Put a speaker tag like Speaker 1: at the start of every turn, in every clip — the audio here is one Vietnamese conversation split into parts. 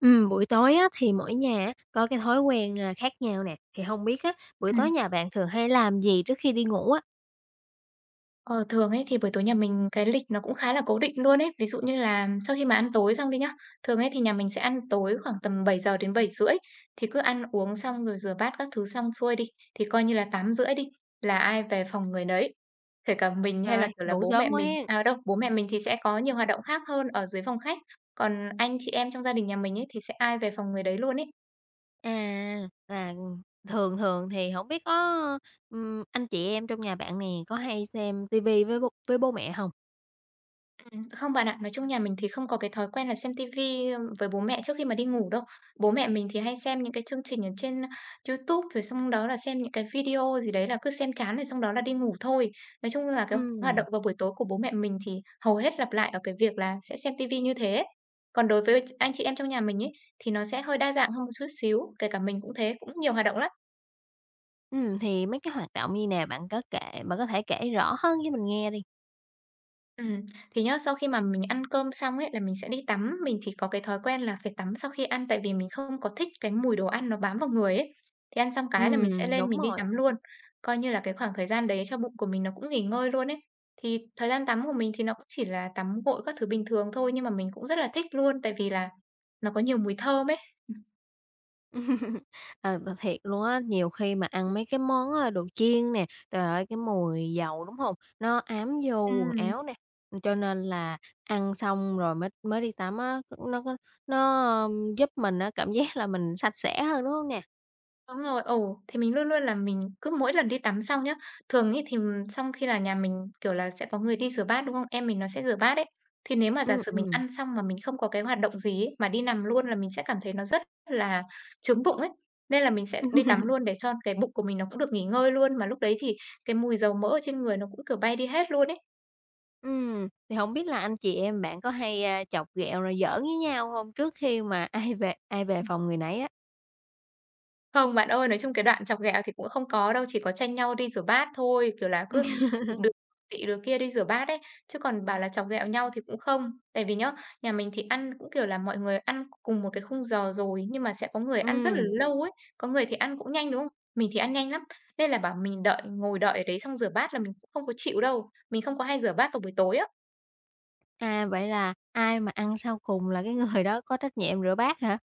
Speaker 1: Buổi tối á, thì mỗi nhà á, có cái thói quen, à, khác nhau nè, thì không biết á, buổi tối
Speaker 2: Ừm.
Speaker 1: nhà bạn thường hay làm gì trước khi đi ngủ á?
Speaker 2: Ờ, thường ấy thì buổi tối nhà mình cái lịch nó cũng khá là cố định luôn ấy. Ví dụ như là sau khi mà ăn tối xong đi nhá, thường ấy thì nhà mình sẽ ăn tối khoảng tầm 7 giờ đến 7 rưỡi thì cứ ăn uống xong rồi rửa bát các thứ xong xuôi đi, thì coi như là 8 rưỡi đi, là ai về phòng người nấy. Kể cả mình hay là,
Speaker 1: Trời,
Speaker 2: kiểu là,
Speaker 1: ngủ
Speaker 2: bố mẹ
Speaker 1: sớm quá
Speaker 2: mình
Speaker 1: hen!
Speaker 2: à, đâu, bố mẹ mình thì sẽ có nhiều hoạt động khác hơn ở dưới phòng khách, còn anh chị em trong gia đình nhà mình ấy thì sẽ ai về phòng người đấy luôn ấy.
Speaker 1: À, là, thường thường thì không biết có, anh chị em trong nhà bạn nè, có hay xem tivi với bố mẹ không?
Speaker 2: Không bạn ạ, nói chung nhà mình thì không có cái thói quen là xem tivi với bố mẹ trước khi mà đi ngủ đâu. Bố mẹ mình thì hay xem những cái chương trình ở trên YouTube, rồi xong đó là xem những cái video gì đấy là cứ xem chán rồi xong đó là đi ngủ thôi. Nói chung là cái hoạt
Speaker 1: Ừ.
Speaker 2: động vào buổi tối của bố mẹ mình thì hầu hết lặp lại ở cái việc là sẽ xem tivi như thế. Còn đối với anh chị em trong nhà mình ấy, thì nó sẽ hơi đa dạng hơn một chút xíu, kể cả mình cũng thế, cũng nhiều hoạt động lắm.
Speaker 1: Thì mấy cái hoạt động như nè, bạn có thể kể rõ hơn cho mình nghe đi.
Speaker 2: Ừm, thì nhá, sau khi mà mình ăn cơm xong ấy là mình sẽ đi tắm, mình thì có cái thói quen là phải tắm sau khi ăn tại vì mình không có thích cái mùi đồ ăn nó bám vào người ấy. Thì ăn xong
Speaker 1: Ừ,
Speaker 2: cái là mình sẽ lên
Speaker 1: đúng
Speaker 2: mình đi
Speaker 1: rồi.
Speaker 2: tắm luôn, coi như là cái khoảng thời gian đấy cho bụng của mình nó cũng nghỉ ngơi luôn ấy. Thì thời gian tắm của mình thì nó cũng chỉ là tắm gội các thứ bình thường thôi, nhưng mà mình cũng rất là thích luôn tại vì là nó có nhiều mùi thơm ấy.
Speaker 1: Ờ, thật thiệt luôn á, nhiều khi mà ăn mấy cái món, đồ chiên nè, trời ơi, cái mùi dầu, đúng không? Nó ám vô quần
Speaker 2: Ừm.
Speaker 1: áo nè, cho nên là ăn xong rồi mới mới đi tắm á, c nó, giúp mình á cảm giác là mình sạch sẽ hơn, đúng không nè?
Speaker 2: Đúng rồi, ồ, thì mình luôn luôn là mình cứ mỗi lần đi tắm xong nhá, thường ấy thì xong khi là nhà mình, kiểu là, sẽ có người đi rửa bát, đúng không? Em mình nó sẽ rửa bát ấy, thì nếu mà giả
Speaker 1: Ừm,
Speaker 2: sử mình
Speaker 1: ừm.
Speaker 2: ăn xong mà mình không có cái hoạt động gì ấy, mà đi nằm luôn là mình sẽ cảm thấy nó rất là trướng bụng ấy. Nên là mình sẽ đi tắm luôn để cho cái bụng của mình nó cũng được nghỉ ngơi luôn, mà lúc đấy thì cái mùi dầu mỡ ở trên người nó cũng, kiểu, bay đi hết luôn ấy.
Speaker 1: Ừm, thì không biết là anh chị em bạn có hay, chọc ghẹo rồi giỡn với nhau không trước khi mà ai về phòng người nấy á?
Speaker 2: Không, bạn ơi, nói chung cái đoạn chọc ghẹo thì cũng không có đâu, chỉ có tranh nhau đi rửa bát thôi, kiểu là, cứ đứa chị đứa kia đi rửa bát ấy, chứ còn bảo là chọc ghẹo nhau thì cũng không. Tại vì nhá, nhà mình thì ăn cũng, kiểu là, mọi người ăn cùng một cái khung giờ rồi, nhưng mà sẽ có người ăn rất là
Speaker 1: Ừm,
Speaker 2: lâu ấy, có người thì ăn cũng nhanh, đúng không? Mình thì ăn nhanh lắm, nên là bảo mình đợi ngồi đợi ở đấy xong rửa bát là mình cũng không có chịu đâu, mình không có hay rửa bát vào buổi tối á.
Speaker 1: Vậy là ai mà ăn sau cùng là cái người đó có trách nhiệm rửa bát hả?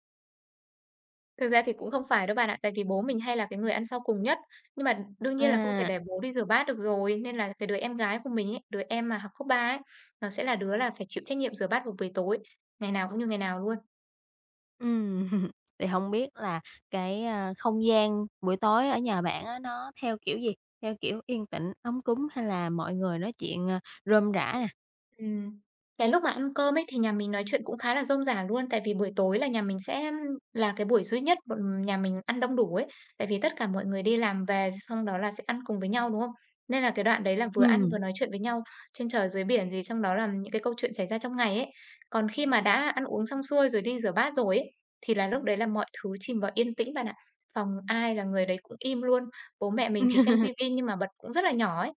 Speaker 2: Thực ra thì cũng không phải đâu bạn ạ, tại vì bố mình hay là cái người ăn sau cùng nhất. Nhưng mà đương nhiên là không thể
Speaker 1: À.
Speaker 2: để bố đi rửa bát được rồi, nên là cái đứa em gái của mình ấy, đứa em mà học cấp 3 ấy, nó sẽ là đứa là phải chịu trách nhiệm rửa bát vào buổi tối, ngày nào cũng như ngày nào luôn.
Speaker 1: ừm. Thì không biết là cái, không gian buổi tối ở nhà bạn á, nó theo kiểu gì? Theo kiểu yên tĩnh, ấm cúng hay là mọi người nói chuyện, rôm rả nè?
Speaker 2: Ừm. Cái lúc mà ăn cơm ấy thì nhà mình nói chuyện cũng khá là rôm rả luôn, tại vì buổi tối là nhà mình sẽ là cái buổi duy nhất bọn nhà mình ăn đông đủ ấy, tại vì tất cả mọi người đi làm về xong đó là sẽ ăn cùng với nhau, đúng không? Nên là cái đoạn đấy là vừa ăn
Speaker 1: Ừm.
Speaker 2: vừa nói chuyện với nhau trên trời dưới biển gì, trong đó là những cái câu chuyện xảy ra trong ngày ấy. Còn khi mà đã ăn uống xong xuôi rồi đi rửa bát rồi ấy, thì là lúc đấy là mọi thứ chìm vào yên tĩnh bạn ạ. Phòng ai là người đấy cũng im luôn, bố mẹ mình thì xem tivi nhưng mà bật cũng rất là nhỏ ấy.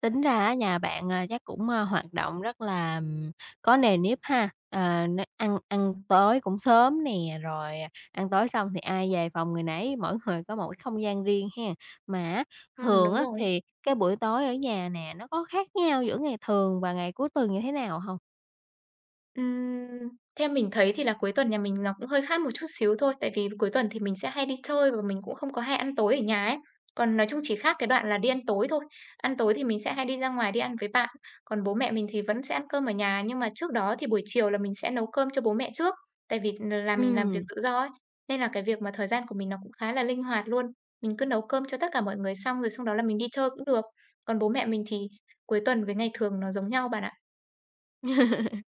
Speaker 1: Tính ra á nhà bạn, chắc cũng, hoạt động rất là, có nề nếp ha. Ờ, n ăn ăn
Speaker 2: Ừm.
Speaker 1: tối cũng sớm nè, rồi, ăn tối xong thì ai về phòng người nấy, mỗi người có một cái không gian riêng ha. Mà á, thường
Speaker 2: Đúng
Speaker 1: á
Speaker 2: rồi.
Speaker 1: thì cái buổi tối ở nhà nè, nó có khác nhau giữa ngày thường và ngày cuối tuần như thế nào không?
Speaker 2: Ừm, theo mình thấy thì là cuối tuần nhà mình nó cũng hơi khác một chút xíu thôi, tại vì cuối tuần thì mình sẽ hay đi chơi và mình cũng không có hay ăn tối ở nhà ấy. Còn nói chung chỉ khác cái đoạn là đi ăn tối thôi. Ăn tối thì mình sẽ hay đi ra ngoài đi ăn với bạn, còn bố mẹ mình thì vẫn sẽ ăn cơm ở nhà, nhưng mà trước đó thì buổi chiều là mình sẽ nấu cơm cho bố mẹ trước, tại vì ừ, là mình làm việc
Speaker 1: Ừm.
Speaker 2: tự do ấy, nên là cái việc mà thời gian của mình nó cũng khá là linh hoạt luôn. Mình cứ nấu cơm cho tất cả mọi người xong rồi sau đó là mình đi chơi cũng được. Còn bố mẹ mình thì cuối tuần với ngày thường nó giống nhau bạn ạ.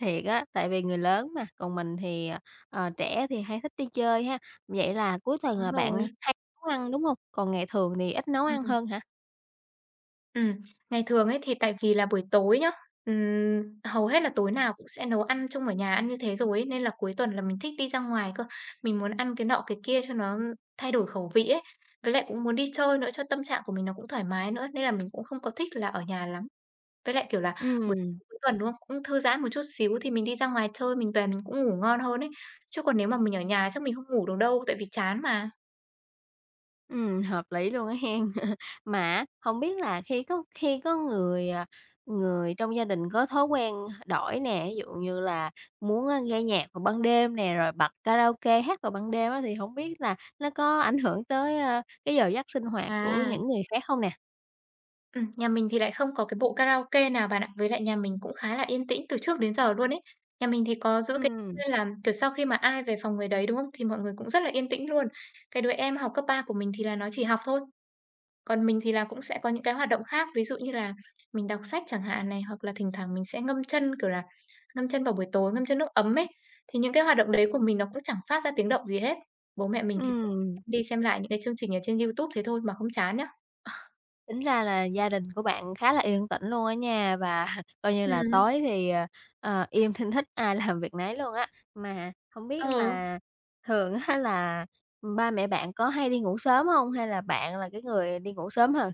Speaker 1: Thiệt á, tại vì người lớn mà, còn mình thì, trẻ thì hay thích đi chơi ha. Vậy là cuối tuần
Speaker 2: Đúng
Speaker 1: là bạn
Speaker 2: rồi.
Speaker 1: hay nấu ăn, đúng không? Còn ngày thường thì ít nấu ăn
Speaker 2: Ừm.
Speaker 1: hơn hả?
Speaker 2: Ừm, ngày thường ấy thì tại vì là buổi tối nhá, hầu hết là tối nào cũng sẽ nấu ăn chung ở nhà ăn như thế rồi ấy, nên là cuối tuần là mình thích đi ra ngoài cơ. Mình muốn ăn cái nọ cái kia cho nó thay đổi khẩu vị ấy, với lại cũng muốn đi chơi nữa cho tâm trạng của mình nó cũng thoải mái nữa, nên là mình cũng không có thích là ở nhà lắm. Với lại, kiểu là, buổi
Speaker 1: Ừm,
Speaker 2: cuối tuần, đúng không? Cũng thư giãn một chút xíu thì mình đi ra ngoài chơi, mình về mình cũng ngủ ngon hơn ấy, chứ còn nếu mà mình ở nhà chắc mình không ngủ được đâu, tại vì chán mà.
Speaker 1: Hợp lý luôn á hen. Mà á, hông biết là khi có người, người trong gia đình có thói quen đổi nè, ví dụ như là muốn, nghe nhạc vào ban đêm nè, rồi bật karaoke hát vào ban đêm á, thì không biết là nó có ảnh hưởng tới, cái giờ giấc sinh hoạt của
Speaker 2: À.
Speaker 1: những người khác không nè?
Speaker 2: Nhà mình thì lại không có cái bộ karaoke nào bạn ạ. Với lại nhà mình cũng khá là yên tĩnh từ trước đến giờ luôn ấy. Nhà mình thì có giữ cái thói
Speaker 1: Ừm,
Speaker 2: quen là, kiểu, sau khi mà ai về phòng người đấy, đúng không? Thì mọi người cũng rất là yên tĩnh luôn. Cái đứa em học cấp 3 của mình thì là nó chỉ học thôi, còn mình thì là cũng sẽ có những cái hoạt động khác, ví dụ như là mình đọc sách chẳng hạn này, hoặc là thỉnh thoảng mình sẽ ngâm chân, kiểu là, ngâm chân vào buổi tối, ngâm chân nước ấm ấy. Thì những cái hoạt động đấy của mình nó cũng chẳng phát ra tiếng động gì hết. Bố mẹ mình thì cũng chỉ
Speaker 1: ừm.
Speaker 2: xem đi xem lại những cái chương trình ở trên YouTube thế thôi mà không chán nhá.
Speaker 1: Tính ra là gia đình của bạn khá là yên tĩnh luôn á nha, và coi như là
Speaker 2: Ừ,
Speaker 1: tối thì, im thinh thích, ai làm việc nấy luôn á. Mà không biết
Speaker 2: ờ.
Speaker 1: là thường á là ba mẹ bạn có hay đi ngủ sớm không? Hay là bạn là cái người đi ngủ sớm hơn?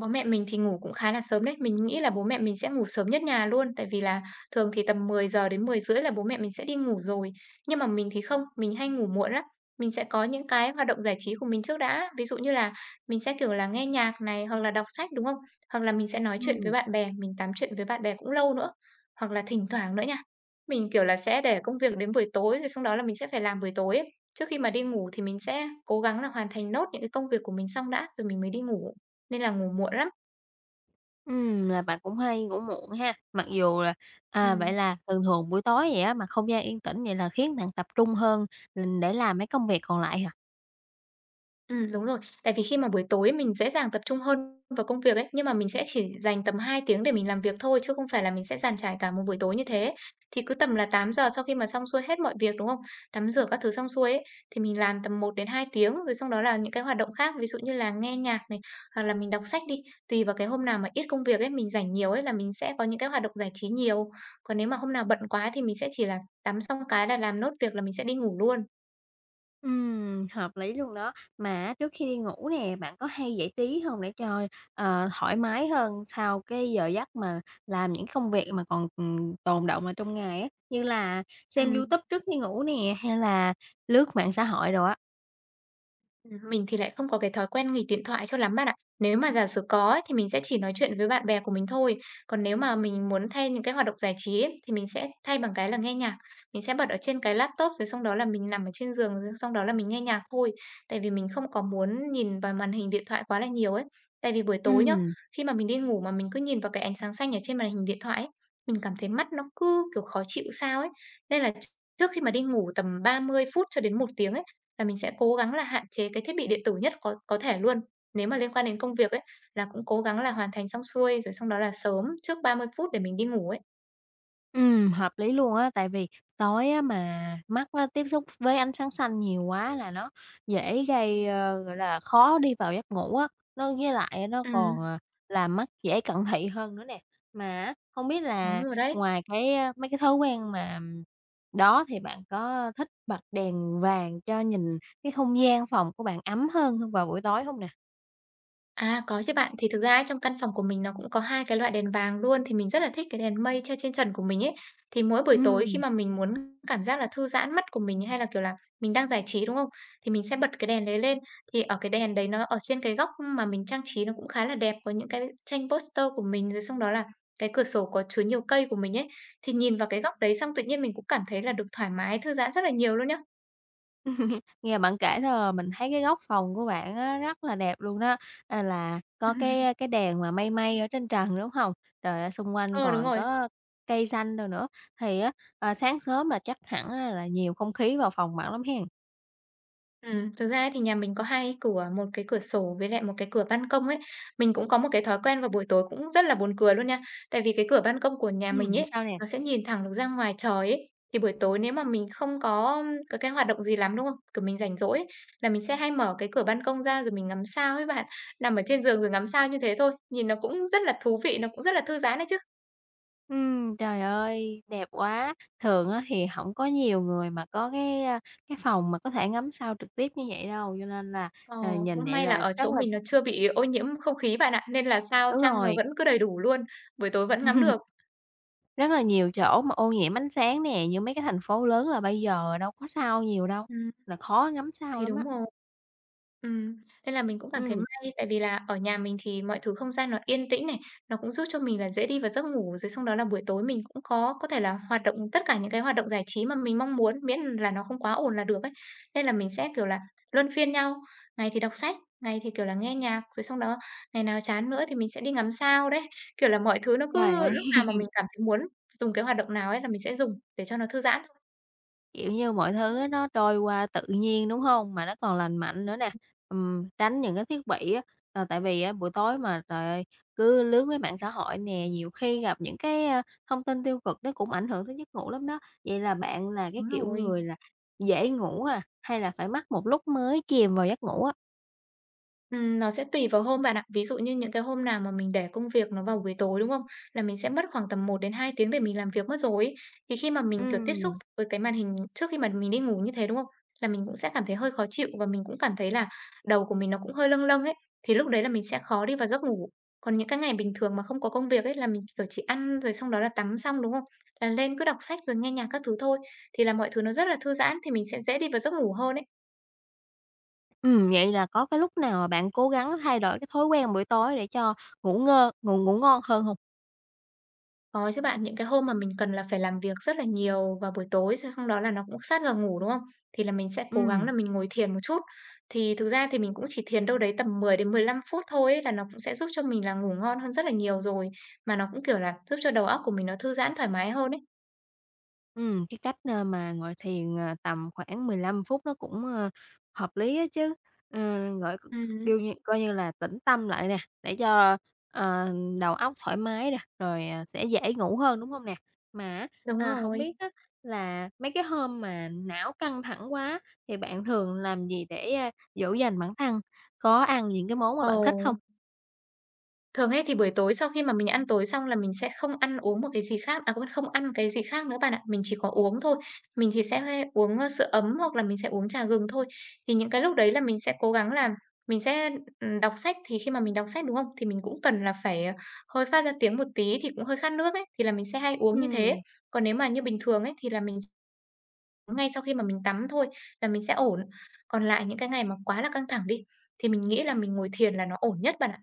Speaker 2: Bố mẹ mình thì ngủ cũng khá là sớm đấy. Mình nghĩ là bố mẹ mình sẽ ngủ sớm nhất nhà luôn, tại vì là thường thì tầm 10 giờ đến 10 rưỡi là bố mẹ mình sẽ đi ngủ rồi. Nhưng mà mình thì không, mình hay ngủ muộn lắm. Mình sẽ có những cái hoạt động giải trí của mình trước đã. Ví dụ như là mình sẽ, kiểu là, nghe nhạc này, hoặc là đọc sách, đúng không? Hoặc là mình sẽ nói chuyện với
Speaker 1: Ừ.
Speaker 2: bạn bè, mình tám chuyện với bạn bè cũng lâu nữa. Hoặc là thỉnh thoảng nữa nha, mình, kiểu là, sẽ để công việc đến buổi tối, rồi sau đó là mình sẽ phải làm buổi tối ấy. Trước khi mà đi ngủ thì mình sẽ cố gắng là hoàn thành nốt những cái công việc của mình xong đã, rồi mình mới đi ngủ. Nên là ngủ muộn lắm.
Speaker 1: Là bạn cũng hay ngủ muộn ha. Mặc dù là à, Vậy
Speaker 2: Ừm,
Speaker 1: là thường thường buổi tối vậy á, mà không gian yên tĩnh vậy là khiến bạn tập trung hơn, để làm mấy công việc còn lại hả?
Speaker 2: đúng rồi. Tại vì khi mà buổi tối mình dễ dàng tập trung hơn vào công việc ấy, nhưng mà mình sẽ chỉ dành tầm 2 tiếng để mình làm việc thôi, chứ không phải là mình sẽ dàn trải cả một buổi tối như thế. Thì cứ tầm là 8 giờ sau khi mà xong xuôi hết mọi việc, đúng không? Tắm rửa các thứ xong xuôi ấy, thì mình làm tầm 1 đến 2 tiếng, rồi xong đó là những cái hoạt động khác, ví dụ như là nghe nhạc này, hoặc là mình đọc sách đi. Tùy vào cái hôm nào mà ít công việc ấy, mình rảnh nhiều ấy là mình sẽ có những cái hoạt động giải trí nhiều. Còn nếu mà hôm nào bận quá thì mình sẽ chỉ là tắm xong cái là làm nốt việc là mình sẽ đi ngủ luôn.
Speaker 1: Hợp lý luôn đó. Mà á, trước khi đi ngủ nè, bạn có hay giải trí hông để cho, thoải mái hơn sau cái giờ giấc mà làm những công việc mà còn, tồn đọng ở trong ngày á, như là xem
Speaker 2: Ừm.
Speaker 1: YouTube trước khi ngủ nè, hay là lướt mạng xã hội đồ á?
Speaker 2: Mình thì lại không có cái thói quen nghịch điện thoại cho lắm bạn ạ. Nếu mà giả sử có ấy, thì mình sẽ chỉ nói chuyện với bạn bè của mình thôi. Còn nếu mà mình muốn thay những cái hoạt động giải trí ấy, thì mình sẽ thay bằng cái là nghe nhạc. Mình sẽ bật ở trên cái laptop rồi xong đó là mình nằm ở trên giường rồi xong đó là mình nghe nhạc thôi. Tại vì mình không có muốn nhìn vào màn hình điện thoại quá là nhiều ấy. Tại vì buổi tối nhá,
Speaker 1: Ừm.
Speaker 2: khi mà mình đi ngủ mà mình cứ nhìn vào cái ánh sáng xanh ở trên màn hình điện thoại ấy, mình cảm thấy mắt nó cứ kiểu khó chịu sao ấy. Nên là trước khi mà đi ngủ tầm 30 phút cho đến một tiếng ấy là mình sẽ cố gắng là hạn chế cái thiết bị điện tử nhất có thể luôn. Nếu mà liên quan đến công việc ấy, là cũng cố gắng là hoàn thành xong xuôi, rồi xong đó là sớm trước 30 phút để mình đi ngủ ấy.
Speaker 1: Hợp lý luôn á, tại vì tối á mà mắt nó tiếp xúc với ánh sáng xanh nhiều quá là nó dễ gây, gọi là, khó đi vào giấc ngủ á, nó với lại nó
Speaker 2: Ừm,
Speaker 1: còn, làm mắt dễ cận thị hơn nữa nè. Mà không biết
Speaker 2: đúng
Speaker 1: là
Speaker 2: rồi đấy.
Speaker 1: ngoài cái, mấy cái thói quen mà đó thì bạn có thích bật đèn vàng cho nhìn cái không gian phòng của bạn ấm hơn không vào buổi tối không nè?
Speaker 2: À, có chứ bạn. Thì thực ra ấy, trong căn phòng của mình nó cũng có hai cái loại đèn vàng luôn, thì mình rất là thích cái đèn mây treo trên trần của mình ấy. Thì mỗi buổi tối khi
Speaker 1: Ừm.
Speaker 2: mà mình muốn cảm giác là thư giãn mắt của mình, hay là, kiểu là, mình đang giải trí, đúng không? Thì mình sẽ bật cái đèn đấy lên, thì ở cái đèn đấy nó ở trên cái góc mà mình trang trí nó cũng khá là đẹp, có những cái tranh poster của mình, rồi xong đó là cái cửa sổ có chứa nhiều cây của mình ấy. Thì nhìn vào cái góc đấy xong tự nhiên mình cũng cảm thấy là được thoải mái, thư giãn rất là nhiều luôn nhá.
Speaker 1: Nghe bạn kể thôi mình thấy cái góc phòng của bạn á rất là đẹp luôn đó, là có cái cái đèn mà mây mây ở trên trần, đúng không? Rồi, xung quanh
Speaker 2: Ờ, đúng
Speaker 1: còn
Speaker 2: rồi.
Speaker 1: có cây xanh đâu nữa, thì á, sáng sớm là chắc hẳn á là nhiều không khí vào phòng bạn lắm hén?
Speaker 2: Thực ra ấy thì nhà mình có 2 cái cửa, một cái cửa sổ với lại một cái cửa ban công ấy. Mình cũng có một cái thói quen vào buổi tối cũng rất là buồn cười luôn nha. Tại vì cái cửa ban công của nhà mình ấy,
Speaker 1: Sao nè?
Speaker 2: nó sẽ nhìn thẳng được ra ngoài trời ấy. Thì buổi tối nếu mà mình không có cái hoạt động gì lắm, đúng không? Kiểu mình rảnh rỗi ấy, là mình sẽ hay mở cái cửa ban công ra rồi mình ngắm sao ấy bạn. Nằm ở trên giường rồi ngắm sao như thế thôi, nhìn nó cũng rất là thú vị, nó cũng rất là thư giãn đấy chứ.
Speaker 1: Trời ơi, đẹp quá! Thường á thì không có nhiều người mà có cái, cái phòng mà có thể ngắm sao trực tiếp như vậy đâu, cho nên là,
Speaker 2: Ờ,
Speaker 1: nhìn
Speaker 2: cũng
Speaker 1: vậy
Speaker 2: may là
Speaker 1: là
Speaker 2: ở chỗ
Speaker 1: rất là
Speaker 2: mình nó chưa bị ô nhiễm không khí bạn ạ, nên là sao
Speaker 1: đúng
Speaker 2: trăng nó
Speaker 1: rồi.
Speaker 2: vẫn cứ đầy đủ luôn, buổi tối vẫn ngắm được.
Speaker 1: Rất là nhiều chỗ mà ô nhiễm ánh sáng nè, như mấy cái thành phố lớn là bây giờ đâu có sao nhiều đâu,
Speaker 2: Ừm.
Speaker 1: là khó ngắm sao
Speaker 2: Thì
Speaker 1: lắm
Speaker 2: đúng
Speaker 1: á.
Speaker 2: rồi. Ừm, nên là mình cũng cảm thấy
Speaker 1: Ừ,
Speaker 2: may, tại vì là ở nhà mình thì mọi thứ không gian nó yên tĩnh này, nó cũng giúp cho mình là dễ đi vào giấc ngủ, rồi xong đó là buổi tối mình cũng có thể là hoạt động tất cả những cái hoạt động giải trí mà mình mong muốn, miễn là nó không quá ồn là được ấy. Nên là mình sẽ, kiểu là, luân phiên nhau, ngày thì đọc sách, ngày thì, kiểu là, nghe nhạc, rồi xong đó ngày nào chán nữa thì mình sẽ đi ngắm sao đấy. Kiểu là, mọi thứ nó
Speaker 1: trời
Speaker 2: cứ
Speaker 1: ơi,
Speaker 2: lúc nào mà mình cảm thấy muốn dùng cái hoạt động nào ấy là mình sẽ dùng để cho nó thư giãn thôi.
Speaker 1: kiểu như, mọi thứ á nó trôi qua tự nhiên, đúng không? Mà nó còn lành mạnh nữa nè, tránh những cái thiết bị á, tại vì á buổi tối mà, trời ơi, cứ lướt mấy mạng xã hội nè, nhiều khi gặp những cái, thông tin tiêu cực nó cũng ảnh hưởng tới giấc ngủ lắm đó. Vậy là bạn là cái
Speaker 2: Đúng
Speaker 1: kiểu
Speaker 2: rồi.
Speaker 1: người là dễ ngủ à, hay là phải mất một lúc mới chìm vào giấc ngủ á?
Speaker 2: Nó sẽ tùy vào hôm bạn ạ. Ví dụ như những cái hôm nào mà mình để công việc nó vào buổi tối, đúng không? Là mình sẽ mất khoảng tầm một đến hai tiếng để mình làm việc mất rồi ấy. Thì khi mà mình, kiểu, tiếp xúc
Speaker 1: Ừ.
Speaker 2: với cái màn hình trước khi mà mình đi ngủ như thế, đúng không? Là mình cũng sẽ cảm thấy hơi khó chịu và mình cũng cảm thấy là đầu của mình nó cũng hơi lâng lâng ấy, thì lúc đấy là mình sẽ khó đi vào giấc ngủ. Còn những cái ngày bình thường mà không có công việc ấy, là mình, kiểu, chỉ ăn rồi xong đó là tắm xong, đúng không? Là lên cứ đọc sách rồi nghe nhạc các thứ thôi, thì là mọi thứ nó rất là thư giãn thì mình sẽ dễ đi vào giấc ngủ hơn ấy.
Speaker 1: Vậy là có cái lúc nào mà bạn cố gắng thay đổi cái thói quen buổi tối để cho ngủ ngơ ngủ ngủ ngon hơn hông?
Speaker 2: Có chứ bạn, những cái hôm mà mình cần là phải làm việc rất là nhiều vào buổi tối, xong xong đó là nó cũng sát giờ ngủ, đúng không? Thì là mình sẽ cố gắng
Speaker 1: Ừm,
Speaker 2: là mình ngồi thiền một chút. Thì thực ra thì mình cũng chỉ thiền đâu đấy tầm 10 đến 15 phút thôi ấy, là nó cũng sẽ giúp cho mình là ngủ ngon hơn rất là nhiều rồi. Mà nó cũng, kiểu là, giúp cho đầu óc của mình nó thư giãn thoải mái hơn ấy.
Speaker 1: cái cách, mà ngồi thiền, tầm khoảng 15 phút nó cũng, hợp lý á chứ. Ờ, gọi, c
Speaker 2: Ừm.
Speaker 1: kêu như coi như là tĩnh tâm lại nè, để cho, ờ, đầu óc thoải mái nè, rồi, sẽ dễ ngủ hơn, đúng hông nè? Mà á,
Speaker 2: Đúng
Speaker 1: hổng
Speaker 2: rồi.
Speaker 1: biết á là mấy cái hôm mà não căng thẳng quá thì bạn thường làm gì để, dỗ dành bản thân? Có ăn những cái món mà
Speaker 2: Ồ.
Speaker 1: bạn thích hông?
Speaker 2: Thường ấy thì buổi tối sau khi mà mình ăn tối xong là mình sẽ không ăn uống một cái gì khác, à, quên, không ăn cái gì khác nữa bạn ạ, mình chỉ có uống thôi. Mình thì sẽ uống, ơ, sữa ấm hoặc là mình sẽ uống trà gừng thôi. Thì những cái lúc đấy là mình sẽ cố gắng là mình sẽ, đọc sách, thì khi mà mình đọc sách, đúng không? Thì mình cũng cần là phải, ờ, hơi phát ra tiếng một tí thì cũng hơi khát nước ấy, thì là mình sẽ hay uống như thế.
Speaker 1: Ừm,
Speaker 2: Còn nếu mà như bình thường ấy thì là mình uống ngay sau khi mà mình tắm thôi là mình sẽ ổn. Còn lại những cái ngày mà quá là căng thẳng đi, thì mình nghĩ là mình ngồi thiền là nó ổn nhất bạn ạ.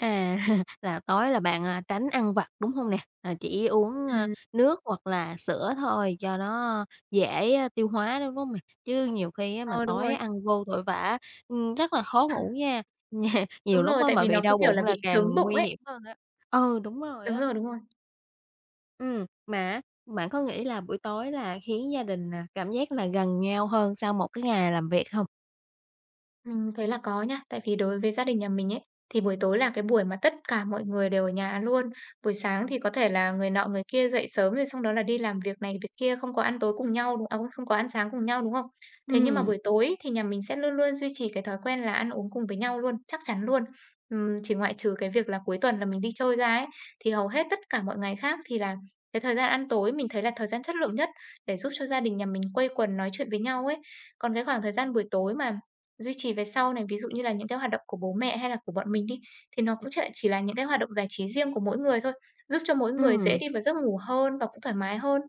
Speaker 1: à, là tối là bạn, tránh ăn vặt, đúng không nè? Ờ, chỉ uống,
Speaker 2: Ừ,
Speaker 1: nước hoặc là sữa thôi cho nó dễ, tiêu hóa, đúng không nè? Chứ nhiều khi á mà
Speaker 2: ờ, đúng
Speaker 1: tối
Speaker 2: rồi.
Speaker 1: ăn vô vội vã, rất là khó ngủ nha,
Speaker 2: Đúng
Speaker 1: nhiều lúc
Speaker 2: rồi,
Speaker 1: á
Speaker 2: tại
Speaker 1: mà
Speaker 2: vì
Speaker 1: bị
Speaker 2: nó cứ,
Speaker 1: đau
Speaker 2: kiểu là,
Speaker 1: bụng là
Speaker 2: bị
Speaker 1: càng
Speaker 2: chướng bụng
Speaker 1: nguy
Speaker 2: ấy.
Speaker 1: hiểm hơn á. Ừ, đúng rồi
Speaker 2: Đúng
Speaker 1: á.
Speaker 2: rồi, đúng rồi.
Speaker 1: Ừ, mà bạn có nghĩ là buổi tối là khiến gia đình, cảm giác là gần nhau hơn sau một cái ngày làm việc không?
Speaker 2: Mình thấy là có nha, tại vì đối với gia đình nhà mình ấy, thì buổi tối là cái buổi mà tất cả mọi người đều ở nhà luôn. Buổi sáng thì có thể là người nọ người kia dậy sớm rồi xong đó là đi làm việc này việc kia, không có ăn tối cùng nhau, đúng à, không có ăn sáng cùng nhau, đúng không? Thế nhưng mà
Speaker 1: Ừ,
Speaker 2: buổi tối thì nhà mình sẽ luôn luôn duy trì cái thói quen là ăn uống cùng với nhau luôn, chắc chắn luôn. Chỉ ngoại trừ cái việc là cuối tuần là mình đi chơi ra ấy, thì hầu hết tất cả mọi ngày khác thì là cái thời gian ăn tối mình thấy là thời gian chất lượng nhất để giúp cho gia đình nhà mình quây quần nói chuyện với nhau ấy. Còn cái khoảng thời gian buổi tối mà duy trì về sau này, ví dụ như là những cái hoạt động của bố mẹ hay là của bọn mình đi, thì nó cũng sẽ chỉ là những cái hoạt động giải trí riêng của mỗi người thôi, giúp cho mỗi người dễ
Speaker 1: ừ.
Speaker 2: đi vào giấc ngủ hơn và cũng thoải mái hơn.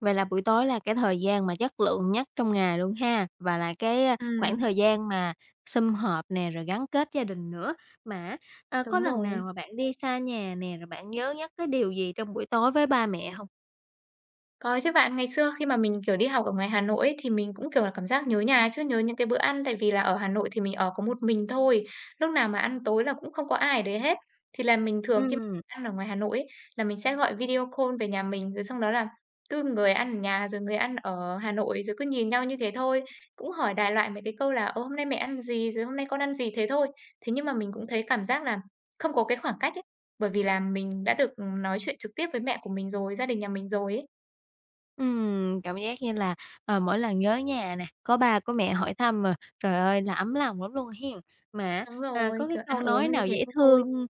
Speaker 1: Vậy là buổi tối là cái thời gian mà chất lượng nhất trong ngày luôn ha, và là cái, khoảng
Speaker 2: Ừm,
Speaker 1: thời gian mà sum họp nè, rồi gắn kết gia đình nữa. Mà á, có
Speaker 2: đúng
Speaker 1: lần
Speaker 2: rồi.
Speaker 1: nào mà bạn đi xa nhà nè, rồi bạn nhớ nhất cái điều gì trong buổi tối với ba mẹ không?
Speaker 2: Có chứ bạn, ngày xưa khi mà mình, kiểu, đi học ở ngoài Hà Nội ấy, thì mình cũng, kiểu là, cảm giác nhớ nhà chứ, nhớ những cái bữa ăn, tại vì là ở Hà Nội thì mình ở có một mình thôi, lúc nào mà ăn tối là cũng không có ai ở đấy hết. Thì là mình thường khi mà
Speaker 1: Ừm,
Speaker 2: ăn ở ngoài Hà Nội ấy, là mình sẽ gọi video call về nhà mình, rồi xong đó là cứ người ăn ở nhà, rồi người ăn ở Hà Nội, rồi cứ nhìn nhau như thế thôi, cũng hỏi đại loại mấy cái câu là "Ờ, hôm nay mẹ ăn gì?" rồi "Hôm nay con ăn gì?" thế thôi. Thế nhưng mà mình cũng thấy cảm giác là không có cái khoảng cách ấy, bởi vì là mình đã được, ừ, nói chuyện trực tiếp với mẹ của mình rồi, gia đình nhà mình rồi ấy.
Speaker 1: Cảm giác như là, mỗi lần nhớ nhà nè, có ba có mẹ hỏi thăm mà, trời ơi, là ấm lòng lắm luôn hiền. Mà
Speaker 2: Đúng
Speaker 1: à,
Speaker 2: rồi,
Speaker 1: có cái
Speaker 2: kiểu, ăn
Speaker 1: câu nói
Speaker 2: uống như
Speaker 1: nào
Speaker 2: thế
Speaker 1: dễ
Speaker 2: cũng vui.
Speaker 1: thương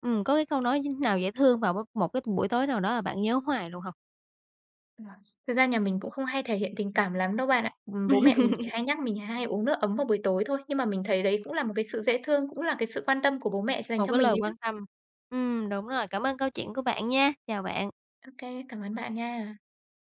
Speaker 1: có cái câu nói nào dễ thương vào một cái buổi tối nào đó mà bạn nhớ hoài luôn không?
Speaker 2: Ờ. Thực ra nhà mình cũng không hay thể hiện tình cảm lắm đâu bạn ạ. Bố mẹ mình chỉ hay nhắc mình hay uống nước ấm vào buổi tối thôi, nhưng mà mình thấy đấy cũng là một cái sự dễ thương, cũng là cái sự quan tâm của bố mẹ dành
Speaker 1: Một
Speaker 2: cho
Speaker 1: cái
Speaker 2: mình
Speaker 1: lời
Speaker 2: đấy chứ.
Speaker 1: quan tâm. Đúng rồi, cảm ơn câu chuyện của bạn nha. Chào bạn.
Speaker 2: Ô kê, cảm ơn bạn nha.